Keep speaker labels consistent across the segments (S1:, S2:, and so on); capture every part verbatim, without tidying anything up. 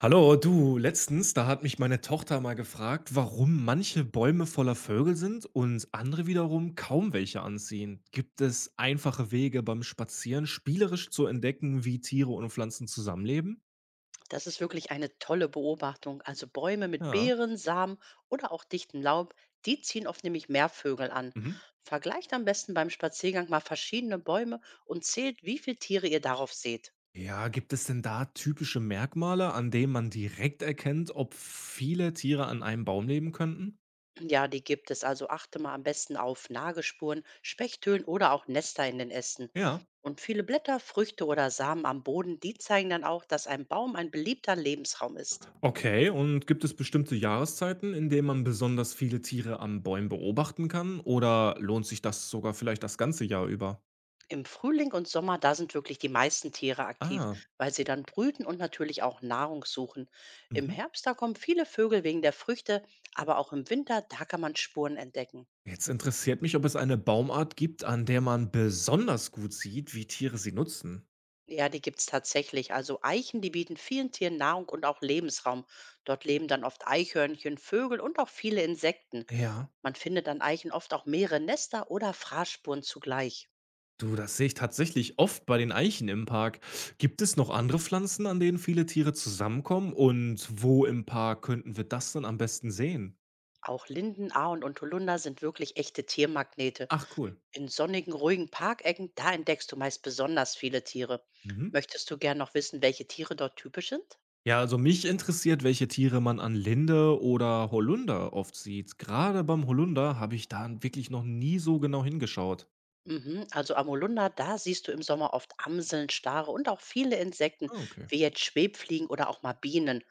S1: Hallo, du, letztens, da hat mich meine Tochter mal gefragt, warum manche Bäume voller Vögel sind und andere wiederum kaum welche anziehen. Gibt es einfache Wege beim Spazieren spielerisch zu entdecken, wie Tiere und Pflanzen zusammenleben?
S2: Das ist wirklich eine tolle Beobachtung. Also Bäume mit
S1: Ja.
S2: Beeren, Samen oder auch dichtem Laub, die ziehen oft nämlich mehr Vögel an.
S1: Mhm.
S2: Vergleicht am besten beim Spaziergang mal verschiedene Bäume und zählt, wie viele Tiere ihr darauf seht.
S1: Ja, gibt es denn da typische Merkmale, an denen man direkt erkennt, ob viele Tiere an einem Baum leben könnten?
S2: Ja, die gibt es. Also achte mal am besten auf Nagespuren, Spechtölen oder auch Nester in den Ästen.
S1: Ja.
S2: Und viele Blätter, Früchte oder Samen am Boden, die zeigen dann auch, dass ein Baum ein beliebter Lebensraum ist.
S1: Okay, und gibt es bestimmte Jahreszeiten, in denen man besonders viele Tiere an Bäumen beobachten kann? Oder lohnt sich das sogar vielleicht das ganze Jahr über?
S2: Im Frühling und Sommer, da sind wirklich die meisten Tiere aktiv,
S1: Ah,
S2: weil sie dann brüten und natürlich auch Nahrung suchen. Im
S1: mhm.
S2: Herbst, da kommen viele Vögel wegen der Früchte, aber auch im Winter, da kann man Spuren entdecken.
S1: Jetzt interessiert mich, ob es eine Baumart gibt, an der man besonders gut sieht, wie Tiere sie nutzen.
S2: Ja, die gibt's tatsächlich. Also Eichen, die bieten vielen Tieren Nahrung und auch Lebensraum. Dort leben dann oft Eichhörnchen, Vögel und auch viele Insekten.
S1: Ja.
S2: Man findet an Eichen oft auch mehrere Nester oder Fraßspuren zugleich.
S1: Du, das sehe ich tatsächlich oft bei den Eichen im Park. Gibt es noch andere Pflanzen, an denen viele Tiere zusammenkommen? Und wo im Park könnten wir das dann am besten sehen?
S2: Auch Linden, Ahorn und Holunder sind wirklich echte Tiermagnete.
S1: Ach, cool.
S2: In sonnigen, ruhigen Parkecken, da entdeckst du meist besonders viele Tiere.
S1: Mhm.
S2: Möchtest du gern noch wissen, welche Tiere dort typisch sind?
S1: Ja, also mich interessiert, welche Tiere man an Linde oder Holunder oft sieht. Gerade beim Holunder habe ich da wirklich noch nie so genau hingeschaut.
S2: Mhm, also am Holunder, da siehst du im Sommer oft Amseln, Stare und auch viele Insekten,
S1: Ah, okay.
S2: wie jetzt Schwebfliegen oder auch mal Bienen.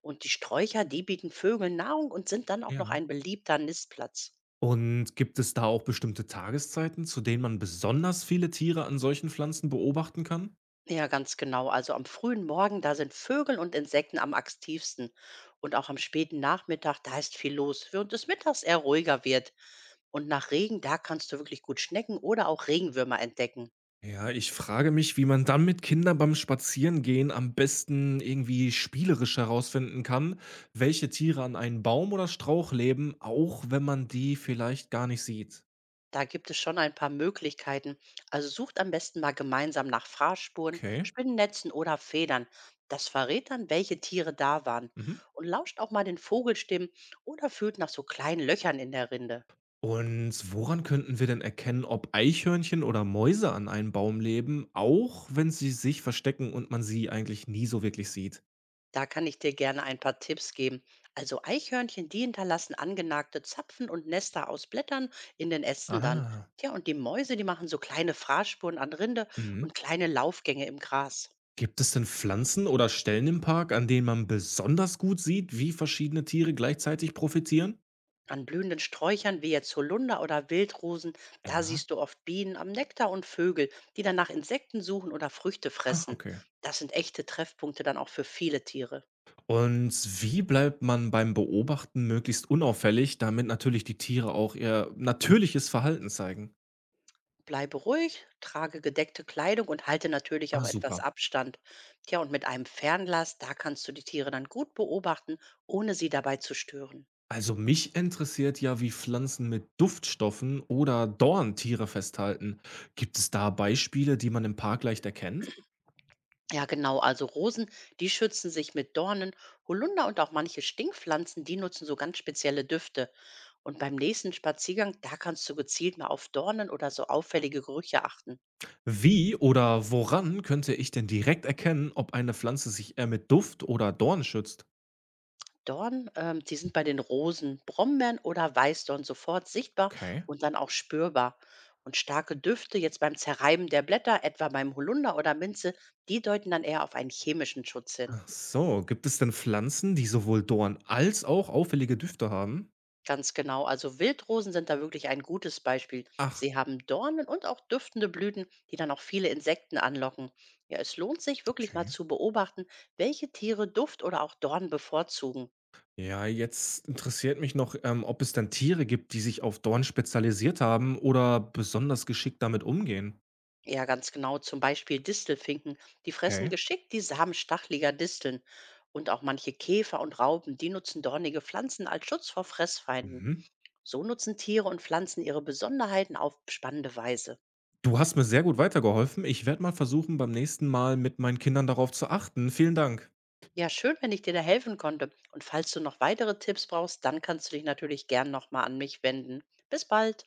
S2: Und die Sträucher, die bieten Vögeln Nahrung und sind dann auch noch
S1: Ja.
S2: ein beliebter Nistplatz.
S1: Und gibt es da auch bestimmte Tageszeiten, zu denen man besonders viele Tiere an solchen Pflanzen beobachten kann?
S2: Ja, ganz genau. Also am frühen Morgen, da sind Vögel und Insekten am aktivsten. Und auch am späten Nachmittag, da ist viel los, während es mittags eher ruhiger wird. Und nach Regen, da kannst du wirklich gut Schnecken oder auch Regenwürmer entdecken.
S1: Ja, ich frage mich, wie man dann mit Kindern beim Spazierengehen am besten irgendwie spielerisch herausfinden kann, welche Tiere an einem Baum oder Strauch leben, auch wenn man die vielleicht gar nicht sieht.
S2: Da gibt es schon ein paar Möglichkeiten. Also sucht am besten mal gemeinsam nach Fraßspuren,
S1: Okay.
S2: Spinnennetzen oder Federn. Das verrät dann, welche Tiere da waren.
S1: Mhm.
S2: Und lauscht auch mal den Vogelstimmen oder fühlt nach so kleinen Löchern in der Rinde.
S1: Und woran könnten wir denn erkennen, ob Eichhörnchen oder Mäuse an einem Baum leben, auch wenn sie sich verstecken und man sie eigentlich nie so wirklich sieht?
S2: Da kann ich dir gerne ein paar Tipps geben. Also Eichhörnchen, die hinterlassen angenagte Zapfen und Nester aus Blättern in den Ästen dann.
S1: Ah.
S2: Tja, und die Mäuse, die machen so kleine Fraßspuren an Rinde
S1: Mhm.
S2: und kleine Laufgänge im Gras.
S1: Gibt es denn Pflanzen oder Stellen im Park, an denen man besonders gut sieht, wie verschiedene Tiere gleichzeitig profitieren?
S2: An blühenden Sträuchern wie jetzt Holunder oder Wildrosen, da
S1: Ja.
S2: siehst du oft Bienen am Nektar und Vögel, die dann nach Insekten suchen oder Früchte
S1: Ah,
S2: fressen.
S1: okay.
S2: Das sind echte Treffpunkte dann auch für viele Tiere.
S1: Und wie bleibt man beim Beobachten möglichst unauffällig, damit natürlich die Tiere auch ihr natürliches Verhalten zeigen?
S2: Bleibe ruhig, trage gedeckte Kleidung und halte natürlich
S1: Ah,
S2: auch etwas
S1: super.
S2: Abstand. Tja, und mit einem Fernglas, da kannst du die Tiere dann gut beobachten, ohne sie dabei zu stören.
S1: Also mich interessiert ja, wie Pflanzen mit Duftstoffen oder Dorn Tiere festhalten. Gibt es da Beispiele, die man im Park leicht erkennt?
S2: Ja, genau. Also Rosen, die schützen sich mit Dornen, Holunder und auch manche Stinkpflanzen, die nutzen so ganz spezielle Düfte. Und beim nächsten Spaziergang, da kannst du gezielt mal auf Dornen oder so auffällige Gerüche achten.
S1: Wie oder woran könnte ich denn direkt erkennen, ob eine Pflanze sich eher mit Duft oder Dorn schützt?
S2: Dornen, ähm, die sind bei den Rosen, Brombeeren oder Weißdorn sofort sichtbar
S1: Okay.
S2: und dann auch spürbar. Und starke Düfte jetzt beim Zerreiben der Blätter, etwa beim Holunder oder Minze, die deuten dann eher auf einen chemischen Schutz hin.
S1: Ach so, gibt es denn Pflanzen, die sowohl Dorn als auch auffällige Düfte haben?
S2: Ganz genau. Also Wildrosen sind da wirklich ein gutes Beispiel.
S1: Ach,
S2: Sie haben Dornen und auch duftende Blüten, die dann auch viele Insekten anlocken. Ja, es lohnt sich wirklich mal
S1: okay.
S2: zu beobachten, welche Tiere Duft oder auch Dornen bevorzugen.
S1: Ja, jetzt interessiert mich noch, ähm, ob es dann Tiere gibt, die sich auf Dorn spezialisiert haben oder besonders geschickt damit umgehen.
S2: Ja, ganz genau. Zum Beispiel Distelfinken. Die fressen
S1: Okay.
S2: geschickt die Samen stacheliger Disteln. Und auch manche Käfer und Raupen, die nutzen dornige Pflanzen als Schutz vor Fressfeinden.
S1: Mhm.
S2: So nutzen Tiere und Pflanzen ihre Besonderheiten auf spannende Weise.
S1: Du hast mir sehr gut weitergeholfen. Ich werde mal versuchen, beim nächsten Mal mit meinen Kindern darauf zu achten. Vielen Dank.
S2: Ja, schön, wenn ich dir da helfen konnte. Und falls du noch weitere Tipps brauchst, dann kannst du dich natürlich gern nochmal an mich wenden. Bis bald.